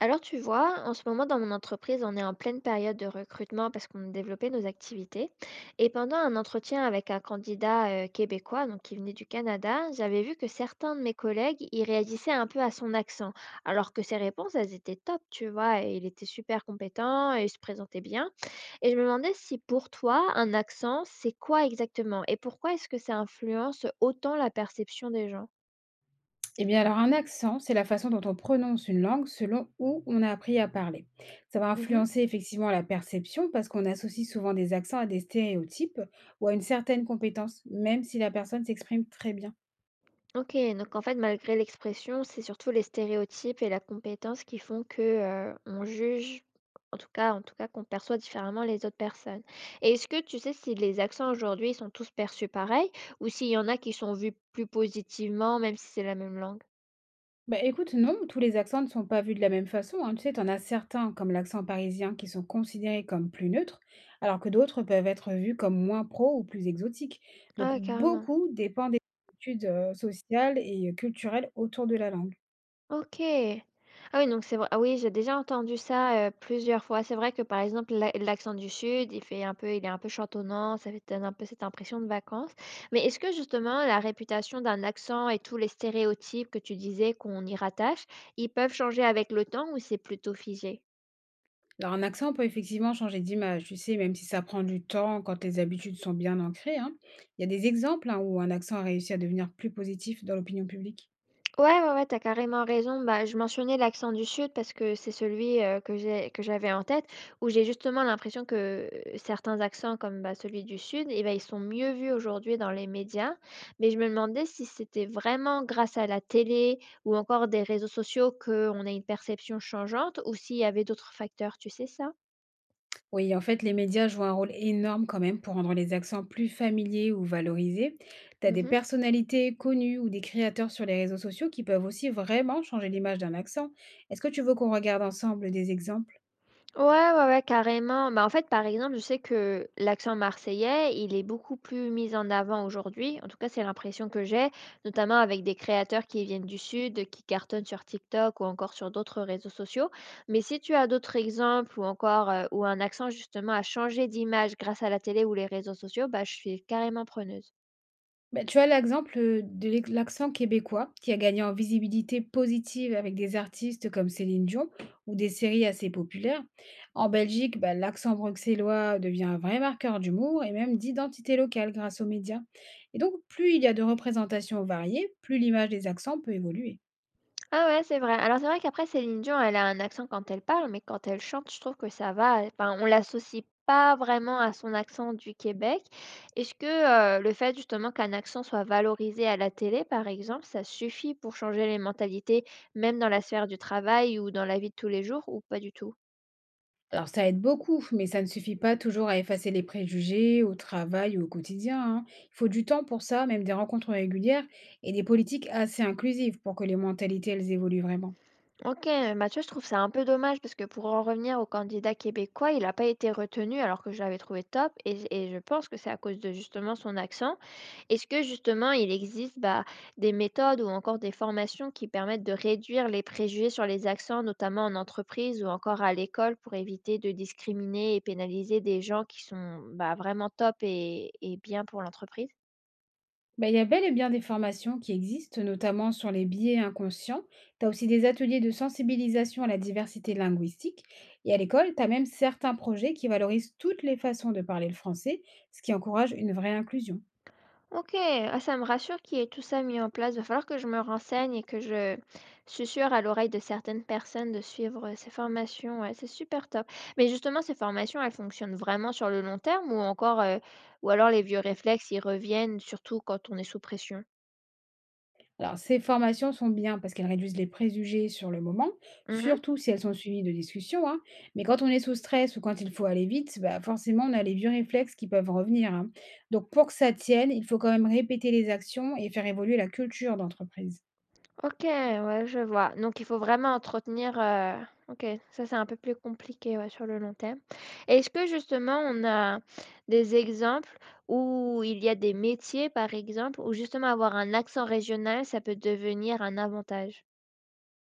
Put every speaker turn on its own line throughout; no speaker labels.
Alors tu vois, en ce moment dans mon entreprise, on est en pleine période de recrutement parce qu'on a développé nos activités. Et pendant un entretien avec un candidat québécois, donc qui venait du Canada, j'avais vu que certains de mes collègues, ils réagissaient un peu à son accent, alors que ses réponses, elles étaient top, tu vois, et il était super compétent et il se présentait bien. Et je me demandais si pour toi, un accent, c'est quoi exactement et pourquoi est-ce que ça influence autant la perception des gens?
Eh bien, alors un accent, c'est la façon dont on prononce une langue selon où on a appris à parler. Ça va influencer effectivement la perception parce qu'on associe souvent des accents à des stéréotypes ou à une certaine compétence, même si la personne s'exprime très bien.
OK, donc en fait, malgré l'expression, c'est surtout les stéréotypes et la compétence qui font que, on juge, en tout cas qu'on perçoit différemment les autres personnes. Et est-ce que tu sais si les accents aujourd'hui, sont tous perçus pareil ou s'il y en a qui sont vus plus positivement, même si c'est la même langue?
Bah écoute, non, tous les accents ne sont pas vus de la même façon, hein. Tu sais, t'en as certains, comme l'accent parisien, qui sont considérés comme plus neutres, alors que d'autres peuvent être vus comme moins pro ou plus exotiques. Donc
Ah, carrément.
beaucoup dépend des études sociales et culturelles autour de la langue.
OK. Ah oui, donc c'est vrai, ah oui, j'ai déjà entendu ça, plusieurs fois. C'est vrai que, par exemple, l'accent du sud, il est un peu chantonnant, ça fait donne un peu cette impression de vacances. Mais est-ce que justement la réputation d'un accent et tous les stéréotypes que tu disais qu'on y rattache, ils peuvent changer avec le temps ou c'est plutôt figé?
Alors un accent peut effectivement changer d'image, tu sais, même si ça prend du temps quand tes habitudes sont bien ancrées, hein. Il y a des exemples hein, où un accent a réussi à devenir plus positif dans l'opinion publique.
Ouais, ouais, ouais, tu carrément raison. Bah, je mentionnais l'accent du sud parce que c'est celui, que j'avais en tête, où j'ai justement l'impression que, certains accents comme, bah, celui du sud et bah, ils sont mieux vus aujourd'hui dans les médias. Mais je me demandais si c'était vraiment grâce à la télé ou encore des réseaux sociaux qu'on a une perception changeante ou s'il y avait d'autres facteurs, tu sais ça?
Oui, en fait, les médias jouent un rôle énorme quand même pour rendre les accents plus familiers ou valorisés. Tu as des
Mmh.
personnalités connues ou des créateurs sur les réseaux sociaux qui peuvent aussi vraiment changer l'image d'un accent. Est-ce que tu veux qu'on regarde ensemble des exemples?
Ouais, ouais, ouais, carrément. Bah, en fait, par exemple, je sais que l'accent marseillais, il est beaucoup plus mis en avant aujourd'hui. En tout cas, c'est l'impression que j'ai, notamment avec des créateurs qui viennent du Sud, qui cartonnent sur TikTok ou encore sur d'autres réseaux sociaux. Mais si tu as d'autres exemples ou encore où un accent justement a changé d'image grâce à la télé ou les réseaux sociaux, bah, je suis carrément preneuse.
Bah, tu as l'exemple, de l'accent québécois qui a gagné en visibilité positive avec des artistes comme Céline Dion ou des séries assez populaires. En Belgique, bah, l'accent bruxellois devient un vrai marqueur d'humour et même d'identité locale grâce aux médias. Et donc, plus il y a de représentations variées, plus l'image des accents peut évoluer.
Ah ouais, c'est vrai. Alors c'est vrai qu'après Céline Dion, elle a un accent quand elle parle, mais quand elle chante, je trouve que ça va. Enfin, on l'associe pas vraiment à son accent du Québec. Est-ce que le fait justement qu'un accent soit valorisé à la télé, par exemple, ça suffit pour changer les mentalités, même dans la sphère du travail ou dans la vie de tous les jours, ou pas du tout?
Alors ça aide beaucoup, mais ça ne suffit pas toujours à effacer les préjugés au travail ou au quotidien, hein. Il faut du temps pour ça, même des rencontres régulières et des politiques assez inclusives pour que les mentalités, elles évoluent vraiment.
OK, bah tu vois, je trouve ça un peu dommage parce que pour en revenir au candidat québécois, il n'a pas été retenu alors que je l'avais trouvé top et je pense que c'est à cause de justement son accent. Est-ce que justement il existe, bah, des méthodes ou encore des formations qui permettent de réduire les préjugés sur les accents, notamment en entreprise ou encore à l'école pour éviter de discriminer et pénaliser des gens qui sont, bah, vraiment top et bien pour l'entreprise?
Bah, il y a bel et bien des formations qui existent, notamment sur les biais inconscients. Tu as aussi des ateliers de sensibilisation à la diversité linguistique. Et à l'école, tu as même certains projets qui valorisent toutes les façons de parler le français, ce qui encourage une vraie inclusion.
OK, ah, ça me rassure qu'il y ait tout ça mis en place. Il va falloir que je me renseigne et que je susurre à l'oreille de certaines personnes de suivre, ces formations, ouais, c'est super top. Mais justement, ces formations, elles fonctionnent vraiment sur le long terme ou encore, ou alors les vieux réflexes, ils reviennent surtout quand on est sous pression?
Alors, ces formations sont bien parce qu'elles réduisent les préjugés sur le moment,
Mmh.
surtout si elles sont suivies de discussions, hein. Mais quand on est sous stress ou quand il faut aller vite, bah forcément, on a les vieux réflexes qui peuvent revenir, hein. Donc, pour que ça tienne, il faut quand même répéter les actions et faire évoluer la culture d'entreprise.
OK, ouais, je vois. Donc il faut vraiment entretenir, OK, ça, c'est un peu plus compliqué, ouais, sur le long terme. Est-ce que justement on a des exemples où il y a des métiers, par exemple, où justement avoir un accent régional, ça peut devenir un avantage?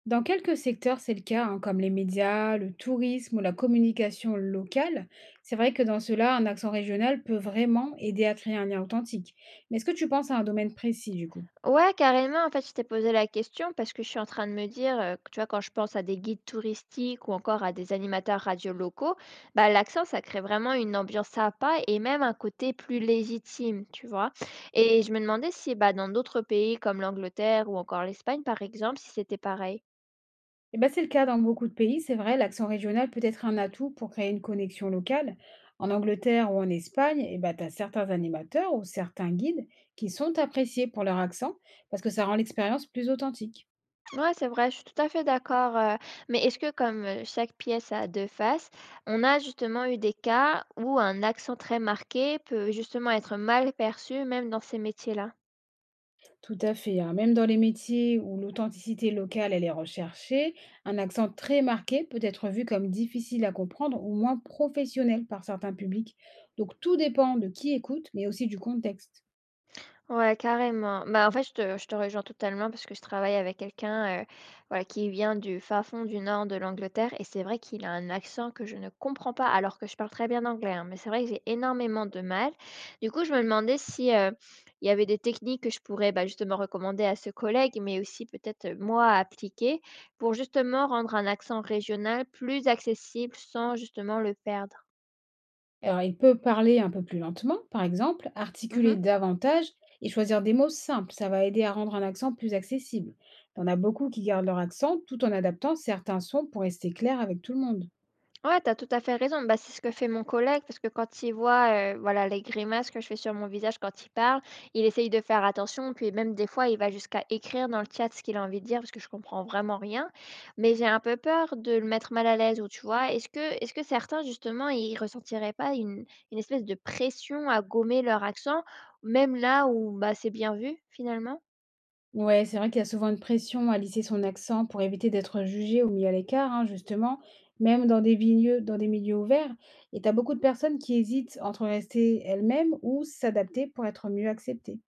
Dans quelques secteurs, c'est le cas, hein, comme les médias, le tourisme ou la communication locale. C'est vrai que dans cela, un accent régional peut vraiment aider à créer un lien authentique. Mais est-ce que tu penses à un domaine précis du coup?
Ouais, carrément. En fait, je t'ai posé la question parce que je suis en train de me dire, que tu vois, quand je pense à des guides touristiques ou encore à des animateurs radio locaux, bah, l'accent, ça crée vraiment une ambiance sympa et même un côté plus légitime, tu vois? Et je me demandais si, bah, dans d'autres pays comme l'Angleterre ou encore l'Espagne, par exemple, si c'était pareil?
Eh ben, c'est le cas dans beaucoup de pays, c'est vrai, l'accent régional peut être un atout pour créer une connexion locale. En Angleterre ou en Espagne, eh ben, tu as certains animateurs ou certains guides qui sont appréciés pour leur accent parce que ça rend l'expérience plus authentique.
Ouais, c'est vrai, je suis tout à fait d'accord, mais est-ce que comme, chaque pièce a 2 faces, on a justement eu des cas où un accent très marqué peut justement être mal perçu, même dans ces métiers-là?
Tout à fait, hein. Même dans les métiers où l'authenticité locale elle est recherchée, un accent très marqué peut être vu comme difficile à comprendre ou moins professionnel par certains publics. Donc tout dépend de qui écoute, mais aussi du contexte.
Ouais, carrément. Bah, en fait, je te rejoins totalement parce que je travaille avec quelqu'un voilà, qui vient du fin fond du nord de l'Angleterre et c'est vrai qu'il a un accent que je ne comprends pas alors que je parle très bien anglais, hein, mais c'est vrai que j'ai énormément de mal. Du coup, je me demandais si il y avait des techniques que je pourrais bah, justement recommander à ce collègue, mais aussi peut-être moi à appliquer pour justement rendre un accent régional plus accessible sans justement le perdre.
Alors, il peut parler un peu plus lentement, par exemple, articuler
Mhm.
davantage et choisir des mots simples. Ça va aider à rendre un accent plus accessible. On a beaucoup qui gardent leur accent tout en adaptant certains sons pour rester clair avec tout le monde.
Ouais, t'as tout à fait raison. Bah, c'est ce que fait mon collègue parce que quand il voit, voilà, les grimaces que je fais sur mon visage quand il parle, il essaye de faire attention. Puis même des fois, il va jusqu'à écrire dans le chat ce qu'il a envie de dire parce que je comprends vraiment rien. Mais j'ai un peu peur de le mettre mal à l'aise ou tu vois? Est-ce que certains justement, ils ressentiraient pas une espèce de pression à gommer leur accent, même là où, bah, c'est bien vu finalement?
Ouais, c'est vrai qu'il y a souvent une pression à lisser son accent pour éviter d'être jugé ou mis à l'écart, hein, justement, même dans des milieux ouverts. Et t'as beaucoup de personnes qui hésitent entre rester elles-mêmes ou s'adapter pour être mieux acceptées.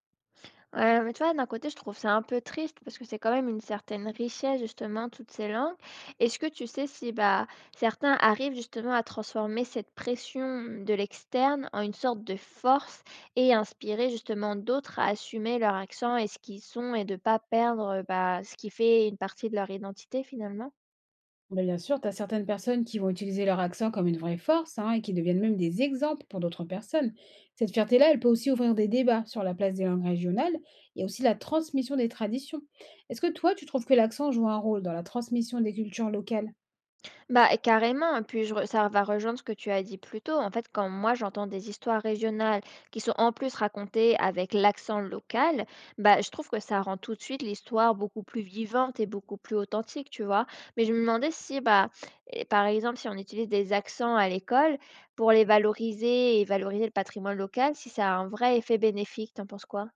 Ouais, mais tu vois, d'un côté, je trouve ça un peu triste parce que c'est quand même une certaine richesse, justement, toutes ces langues. Est-ce que tu sais si bah, certains arrivent justement à transformer cette pression de l'externe en une sorte de force et inspirer justement d'autres à assumer leur accent et ce qu'ils sont et de pas perdre bah, ce qui fait une partie de leur identité finalement?
Mais bien sûr, tu as certaines personnes qui vont utiliser leur accent comme une vraie force hein, et qui deviennent même des exemples pour d'autres personnes. Cette fierté-là, elle peut aussi ouvrir des débats sur la place des langues régionales et aussi la transmission des traditions. Est-ce que toi, tu trouves que l'accent joue un rôle dans la transmission des cultures locales?
Bah, carrément, puis je re ça va rejoindre ce que tu as dit plus tôt. En fait, quand moi j'entends des histoires régionales qui sont en plus racontées avec l'accent local, bah, je trouve que ça rend tout de suite l'histoire beaucoup plus vivante et beaucoup plus authentique, tu vois? Mais je me demandais si, bah, eh, par exemple, si on utilise des accents à l'école pour les valoriser et valoriser le patrimoine local, si ça a un vrai effet bénéfique, t'en penses quoi?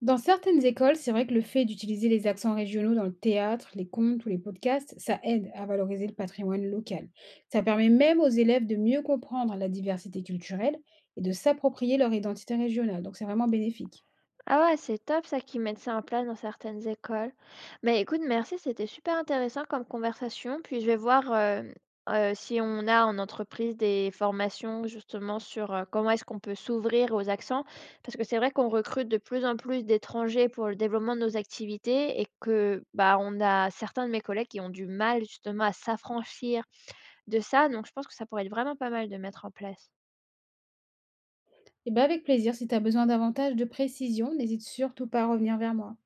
Dans certaines écoles, c'est vrai que le fait d'utiliser les accents régionaux dans le théâtre, les contes ou les podcasts, ça aide à valoriser le patrimoine local. Ça permet même aux élèves de mieux comprendre la diversité culturelle et de s'approprier leur identité régionale. Donc c'est vraiment bénéfique.
Ah ouais, c'est top ça qu'ils mettent ça en place dans certaines écoles. Mais écoute, merci, c'était super intéressant comme conversation. Puis je vais voir si on a en entreprise des formations justement sur comment est-ce qu'on peut s'ouvrir aux accents. Parce que c'est vrai qu'on recrute de plus en plus d'étrangers pour le développement de nos activités et que bah on a certains de mes collègues qui ont du mal justement à s'affranchir de ça. Donc je pense que ça pourrait être vraiment pas mal de mettre en place.
Eh ben, avec plaisir, si tu as besoin davantage de précision, n'hésite surtout pas à revenir vers moi.